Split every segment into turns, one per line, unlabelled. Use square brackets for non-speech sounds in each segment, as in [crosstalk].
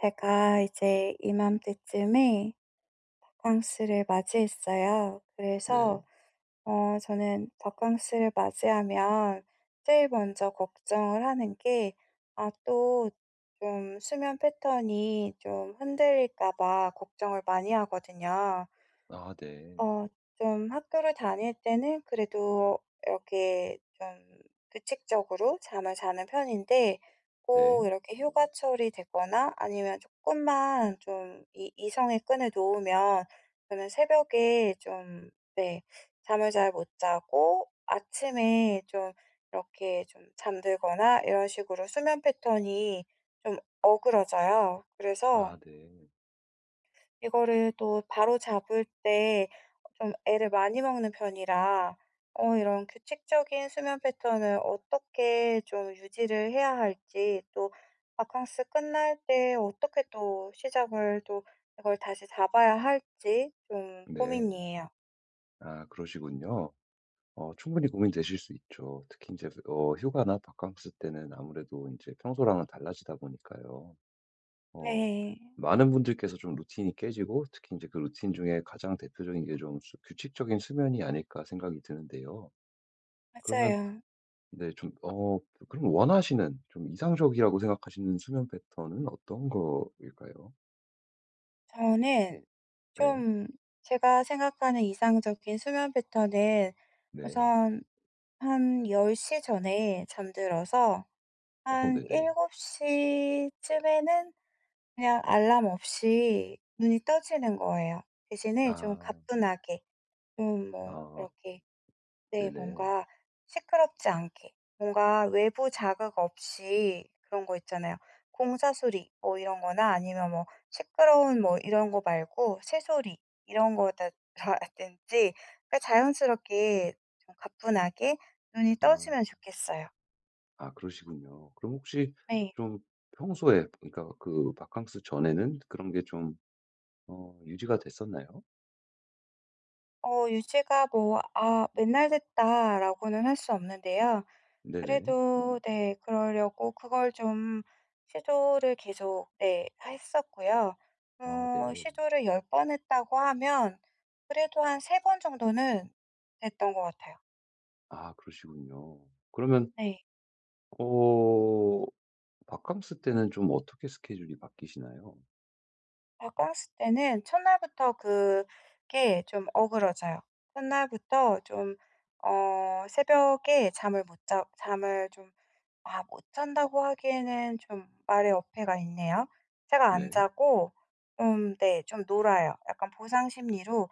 제가 이제 이맘때쯤에 덕캉스를 맞이했어요. 그래서
네.
저는 덕광스를 맞이하면 제일 먼저 걱정을 하는 게 아 또 좀 수면 패턴이 좀 흔들릴까 봐 걱정을 많이 하거든요.
아 네.
어 좀 학교를 다닐 때는 그래도 이렇게 좀 규칙적으로 잠을 자는 편인데,
네.
꼭 이렇게 휴가철이 되거나 아니면 조금만 좀 이 이성의 끈을 놓으면 저는 새벽에 좀, 네, 잠을 잘 못 자고 아침에 좀 이렇게 좀 잠들거나 이런 식으로 수면 패턴이 좀 어그러져요. 그래서
아 네.
이거를 또 바로잡을 때 좀 애를 많이 먹는 편이라, 이런 규칙적인 수면 패턴을 어떻게 좀 유지를 해야 할지, 또 바캉스 끝날 때 어떻게 또 시작을 또 이걸 다시 잡아야 할지 좀
네.
고민이에요.
아 그러시군요. 충분히 고민되실 수 있죠. 특히 이제 휴가나 바캉스 때는 아무래도 이제 평소랑은 달라지다 보니까요. 어
네.
많은 분들께서 좀 루틴이 깨지고 특히 이제 그 루틴 중에 가장 대표적인 게 좀 '규칙적인 수면이 아닐까.' 생각이 드는데요. 그러면
맞아요.
네 좀 그럼 원하시는 좀 이상적이라고 생각하시는 수면 패턴은 어떤 거일까요?
저는
네.
좀, 제가 생각하는 이상적인 수면 패턴은
네.
우선 한 10시 전에 잠들어서 한
네네.
7시 쯤에는 그냥 알람 없이 눈이 떠지는 거예요. 대신에 좀
아.
가뿐하게, 좀 뭐
아
이렇게, 네,
네네.
뭔가 시끄럽지 않게, 뭔가 외부 자극 없이, 그런 거 있잖아요. 공사 소리 뭐 이런 거나 아니면 뭐 시끄러운 뭐 이런 거 말고 새소리 이런 거다 [laughs] 라든지, 그러니까 자연스럽게 좀 가뿐하게 눈이
아.
떠지면 좋겠어요.
아 그러시군요. 그럼 혹시
네.
좀 평소에 그러니까 그 바캉스 전에는 그런 게 좀 유지가 됐었나요?
유지가 뭐 '아, 맨날 됐다.'라고는 할 수 없는데요.
네네.
그래도 네, 그러려고 그걸 좀 시도를 계속 네, 했었고요.
아 네.
시도를 10번 했다고 하면 그래도 한 3번 정도는 됐던 것 같아요.
아 그러시군요. 그러면
네.
어 바캉스 때는 좀 어떻게 스케줄이 바뀌시나요?
바캉스 때는 첫날부터 그게 좀 어그러져요. 첫날부터 좀 새벽에 잠을 못 자 잠을 좀, 아, 못 잔다고 하기에는 좀 말의 어폐가 있네요. 제가 안
네.
자고 음, 네, 좀 놀아요. 약간 보상 심리로,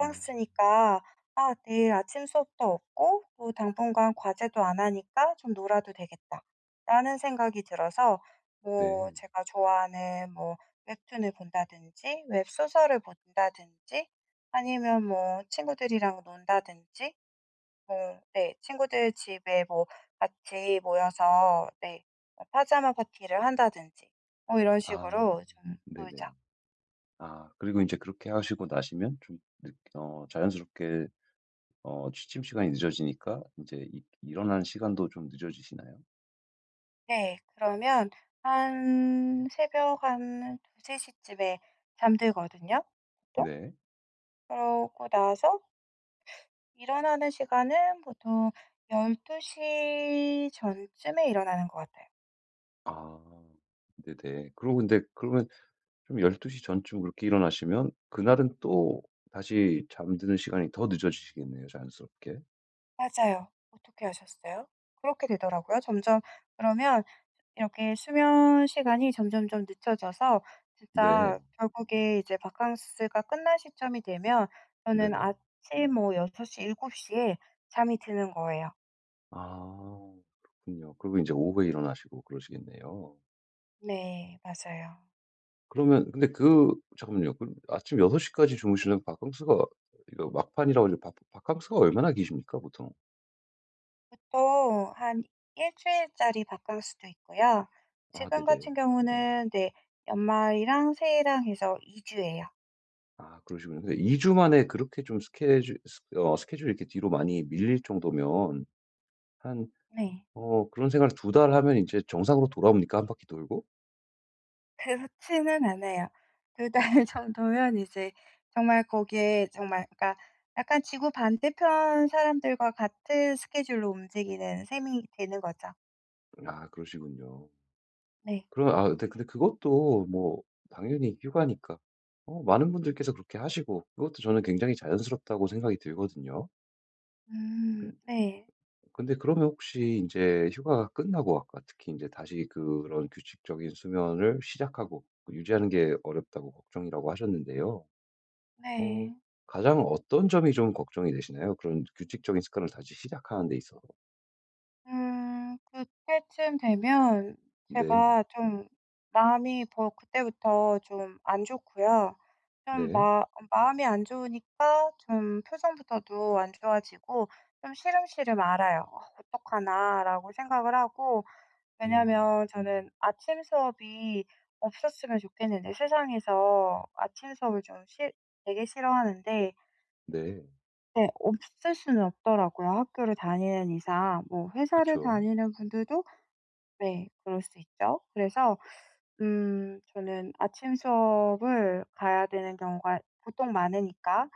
아
'아, 내일 아침 수업도 없고 또 당분간 과제도 안 하니까 좀 놀아도 되겠다.'라는 생각이 들어서 뭐
네.
제가 좋아하는 뭐 웹툰을 본다든지 웹소설을 본다든지 아니면 뭐 친구들이랑 논다든지 네. 친구들 집에 뭐 같이 모여서 네, 뭐 파자마 파티를 한다든지, 뭐 이런
아
식으로 좀
네네.
놀자.
아 그리고 이제 그렇게 하시고 나시면 좀 늦어 자연스럽게 취침 시간이 늦어지니까 이제 이 일어나는 시간도 좀 늦어지시나요?
네. 그러면 한 새벽 한 2-3 시쯤에 잠들거든요, 보통.
네.
그러고 나서 일어나는 시간은 보통 12시 전쯤에 일어나는 것 같아요.
아 네네. 그리고 근데 그러면 좀 1 2시 전쯤 그렇게 일어나시면 그날은 또 다시 잠드는 시간이 더 늦어지시겠네요, 자연스럽게.
맞아요. 어떻게 아셨어요? 그렇게 되더라고요. 점점 그러면 이렇게 수면 시간이 점점점 늦춰져서
네.
진짜 결국에 이제 바캉스가 끝난 시점이 되면 저는
네네.
아침 뭐6시7시에 잠이 드는 거예요.
아 그렇군요. 그리고 이제 오후에 일어나시고 그러시겠네요.
네, 맞아요.
그러면 근데 그 잠깐만요. 그 아침 6시 까지 주무시는 바캉스가 이거 막판이라고 이제 바 바캉스가 얼마나 기십니까 보통?
보통 한 일 주일짜리 바캉스도 있고요.
아
지금
네네.
같은 경우는 네, 연말이랑 새해랑 해서 2주 주예요.
아 그러시군요. 근데 2 주 만에 그렇게 좀 스케줄 스 어 스케줄이 이렇게 뒤로 많이 밀릴 정도면 한
네.
그런 생활을 2달 하면 이제 정상으로 돌아옵니까 한 바퀴 돌고?
그렇지는 않아요. 2달 [laughs] 정도면 이제 정말 거기에, 정말 그러니까 약간 지구 반대편 사람들과 같은 스케줄로 움직이는 셈이 되는 거죠.
아 그러시군요.
네.
그럼 아 근데 그것도 뭐 당연히 휴가니까 많은 분들께서 그렇게 하시고 그것도 저는 굉장히 자연스럽다고 생각이 들거든요.
음,
근
네.
근데 그러면 혹시 이제 휴가가 끝나고 아까 특히 이제 다시 그런 규칙적인 수면을 시작하고 그 유지하는 게 어렵다고 걱정이라고 하셨는데요. 어
네.
가장 어떤 점이 좀 걱정이 되시나요? 그런 규칙적인 습관을 다시 시작하는 데 있어서.
그때쯤 되면
네.
제가 좀 마음이 뭐 그때부터 좀 안 좋고요. 좀
네.
마 어 마음이 안 좋으니까 좀 표정부터도 안 좋아지고 좀 시름시름 알아요, 어떡하나.'라고 생각을 하고,
음.
왜냐면 저는 아침 수업이 없었으면 좋겠는데, 세상에서 아침 수업을 좀 싫 되게 싫어하는데,
네.
네, 없을 수는 없더라고요, 학교를 다니는 이상. 뭐 회사를
그쵸.
다니는 분들도 네, 그럴 수 있죠. 그래서 음, 저는 아침 수업을 가야 되는 경우가 보통 많으니까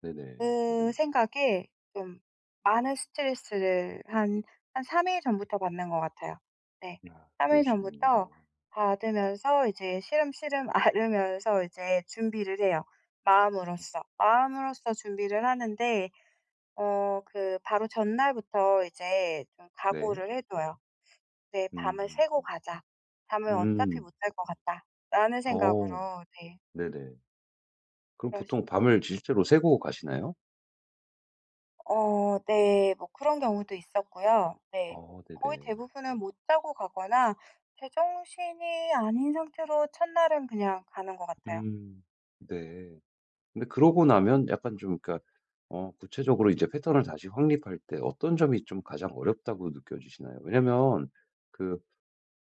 네네.
그 생각에 좀 많은 스트레스를 한 3일 전부터 받는 것 같아요. 네.
아
3일
그러시군요.
전부터 받으면서 이제 시름시름 앓으면서 이제 준비를 해요, 마음으로써. 마음으로써 준비를 하는데 그 바로 전날부터 이제 좀
네.
각오를 해 둬요. '네. 밤을
음.
새고 가자. 잠을 어차피
음.
못잘 것 같다.'라는
어.
생각으로, 네.
네네. 그럼
그런
보통 밤을 실제로 새고 가시나요?
네. 뭐 그런 경우도 있었고요. 네. 거의
네네.
대부분은 못 자고 가거나 제정신이 아닌 상태로 첫날은 그냥 가는 것 같아요.
음. 네. 근데 그러고 나면 약간 좀 그러니까 구체적으로 이제 패턴을 다시 확립할 때 어떤 점이 좀 가장 어렵다고 느껴지시나요? 왜냐면 그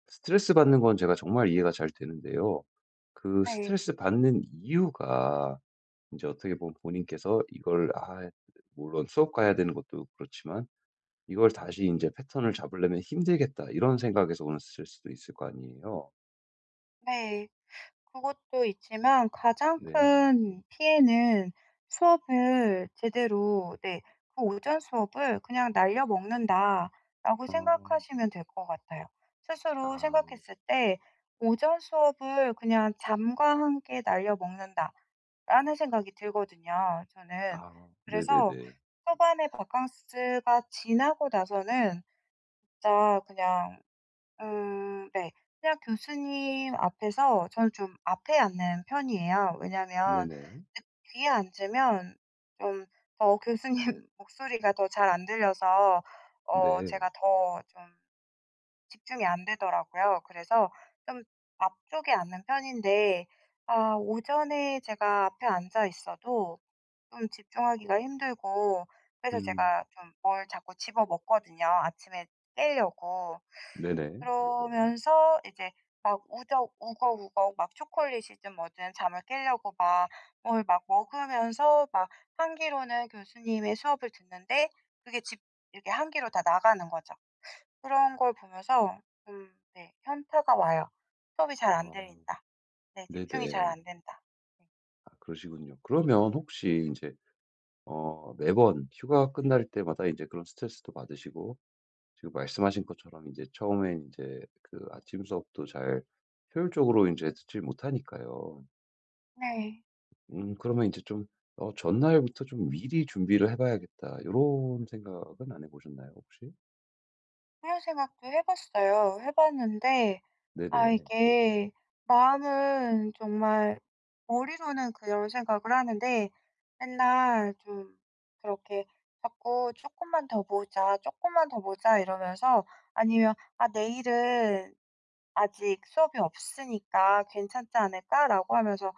스트레스 받는 건 제가 정말 이해가 잘 되는데요. 그
네.
스트레스 받는 이유가 이제 어떻게 보면 본인께서 이걸 아 물론 수업 가야 되는 것도 그렇지만 '이걸 다시 이제 패턴을 잡으려면 힘들겠다.' 이런 생각에서 오는 스트레스도 있을 거 아니에요.
네. 그것도 있지만 가장
네.
큰 피해는 수업을 제대로 네, 그 '오전 수업을 그냥 날려 먹는다.'라고
어.
생각하시면 될 것 같아요. 스스로
아.
생각했을 때, '오전 수업을 그냥 잠과 함께 날려 먹는다.' 라는 생각이 들거든요, 저는.
아.
그래서
네네네.
초반에 바캉스가 지나고 나서는 진짜 그냥, 음, 네, 그냥 교수님 앞에서, 저는 좀 앞에 앉는 편이에요. 왜냐면
네네.
그 뒤에 앉으면 좀 더 교수님 [laughs] 목소리가 더 잘 안 들려서
네.
제가 더좀 집중이 안 되더라고요. 그래서 좀 앞쪽에 앉는 편인데, 아 오전에 제가 앞에 앉아 있어도 좀 집중하기가 힘들고, 그래서
음.
제가 좀 뭘 자꾸 집어 먹거든요, 아침에, 깨려고.
네네.
그러면서 이제 막 우적 우걱우걱 막 초콜릿이든 뭐든 잠을 깨려고 막 뭘 막 먹으면서 막한 끼로는 교수님의 수업을 듣는데 그게 집 이렇게 한 끼로 다 나가는 거죠. 그런 걸 보면서 좀, 네, 현타가 와요. '수업이 잘 안
아.
들린다. 네, 집중이 잘
네네.
안 된다.' 네.
아 그러시군요. 그러면 혹시 이제 매번 휴가 끝날 때마다 이제 그런 스트레스도 받으시고 지금 말씀하신 것처럼 이제 처음엔 이제 그 아침 수업도 잘 효율적으로 이제 듣질 못하니까요.
네.
그러면 이제 좀 '어 전날부터 좀 미리 준비를 해 봐야겠다.' 이런 생각은 안 해 보셨나요 혹시?
그런 생각도 해 봤어요. 해 봤는데, 아,
네네.
이게 마음은 정말, 머리로는 그런 생각을 하는데 맨날 좀 그렇게 자꾸 '쪼끔만 더 보자. 쪼끔만 더 보자.' 이러면서, 아니면 '아, 내일은 아직 수업이 없으니까 괜찮지 않을까?'라고 하면서,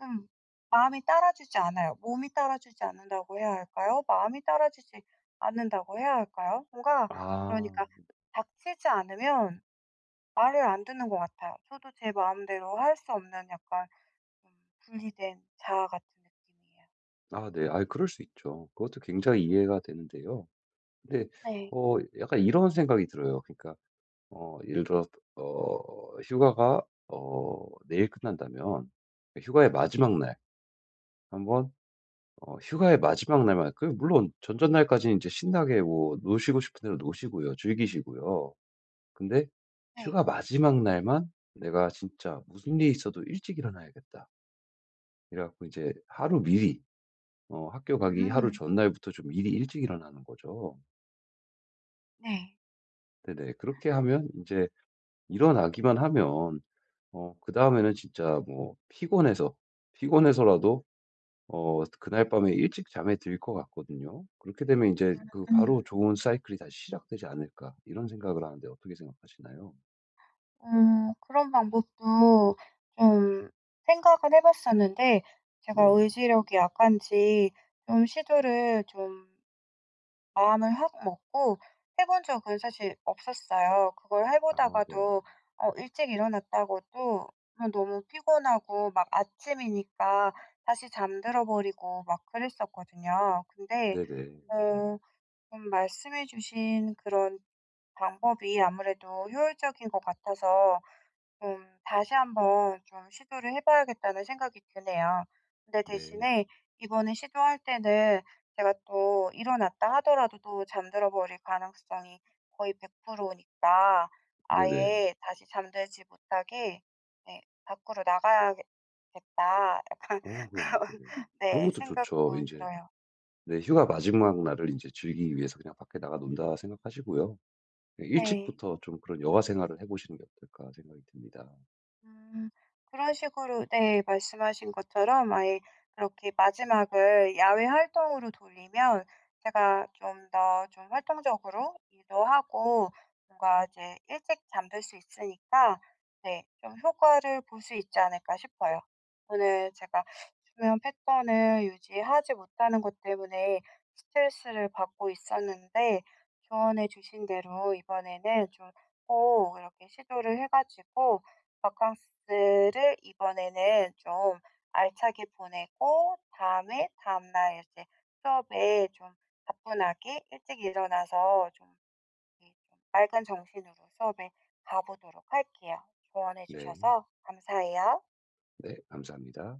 음. 마음이 따라주지 않아요. 몸이 따라주지 않는다고 해야 할까요? 마음이 따라주지 않는다고 해야 할까요? 뭔가
아.
그러니까 닥치지 않으면 말을 안 듣는 것 같아요. 저도 제 마음대로 할 수 없는, 약간 좀 분리된 자아 같은 느낌이에요.
아 네. 아 그럴 수 있죠. 그것도 굉장히 이해가 되는데요. 근데
네.
약간 이런 생각이 들어요. 그러니까 예를 들어 휴가가 내일 끝난다면 휴가의 마지막 날한번 휴가의 마지막 날만 그 물론 전전날까지는 제 신나게 뭐 노시고 싶은 대로 노시고요. 즐기시고요. 근데
네.
휴가 마지막 날만 '내가 진짜 무슨 일이 있어도 일찍 일어나야겠다.' 이래 갖고 이제 하루 미리 학교 가기 하루
음.
전날부터 좀 미리 일찍 일어나는 거죠.
네.
네네. 그렇게 하면 이제 일어나기만 하면 그다음에는 진짜 뭐 피곤해서, 그날 밤에 일찍 잠에 들 것 같거든요. 그렇게 되면 이제 그
음.
'바로 좋은 사이클이 다시 시작되지 않을까.' 이런 생각을 하는데 어떻게 생각하시나요?
그런 방법도 좀 생각은 해 봤었는데, 제가
네.
의지력이 약한지 좀 시도를 좀 마음을 확 먹고 해본 적은 사실 없었어요. 그걸 해
아 네.
보다가도 일찍 일어났다고 도 너무 피곤하고 막 아침이니까 다시 잠들어 버리고 막 그랬었거든요. 근데
네네.
어 좀 말씀해 주신 그런 방법이 아무래도 효율적인 것 같아서, 다시 한번 좀 시도를 해 봐야겠다는 생각이 드네요. 근데
네.
대신에 이번에 시도할 때는 제가 또 일어났다 하더라도 또 잠들어 버릴 가능성이 거의 100% 니까
네네.
아예 다시 잠들지 못하게, 네, '밖으로 나가야겠 겠다.' 약간 [laughs]
그럼
그런
네네. 그런
네,
것도 좋죠.
생각도
이제
들어요.
네 휴가 마지막 날을 이제 즐기기 위해서 그냥 밖에 나가 논다 생각하시고요. 네
네.
일찍부터 좀 그런 여가 생활을 해 보시는 게 어떨까 생각이 듭니다.
음. 그런 식으로, 네, 말씀하신 것처럼 아예 그렇게 마지막을 야외 활동으로 돌리면 제가 좀 더 좀 활동적으로 일도 하고 뭔가 이제 일찍 잠들 수 있으니까 네, 좀 효과를 볼 수 있지 않을까 싶어요. 오늘 제가 수면 패턴을 유지하지 못하는 것 때문에 스트레스를 받고 있었는데, 조언해 주신 대로 이번에는 좀 꼭 이렇게 시도를 해 가지고 바캉스를 이번에는 좀 알차게 보내고, 다음에 다음 날 이제 수업에 좀 가뿐하게 일찍 일어나서 좀 이렇게 좀 맑은 정신으로 수업에 가보도록 할게요. 조언해
네.
주셔서 감사해요.
네 감사합니다.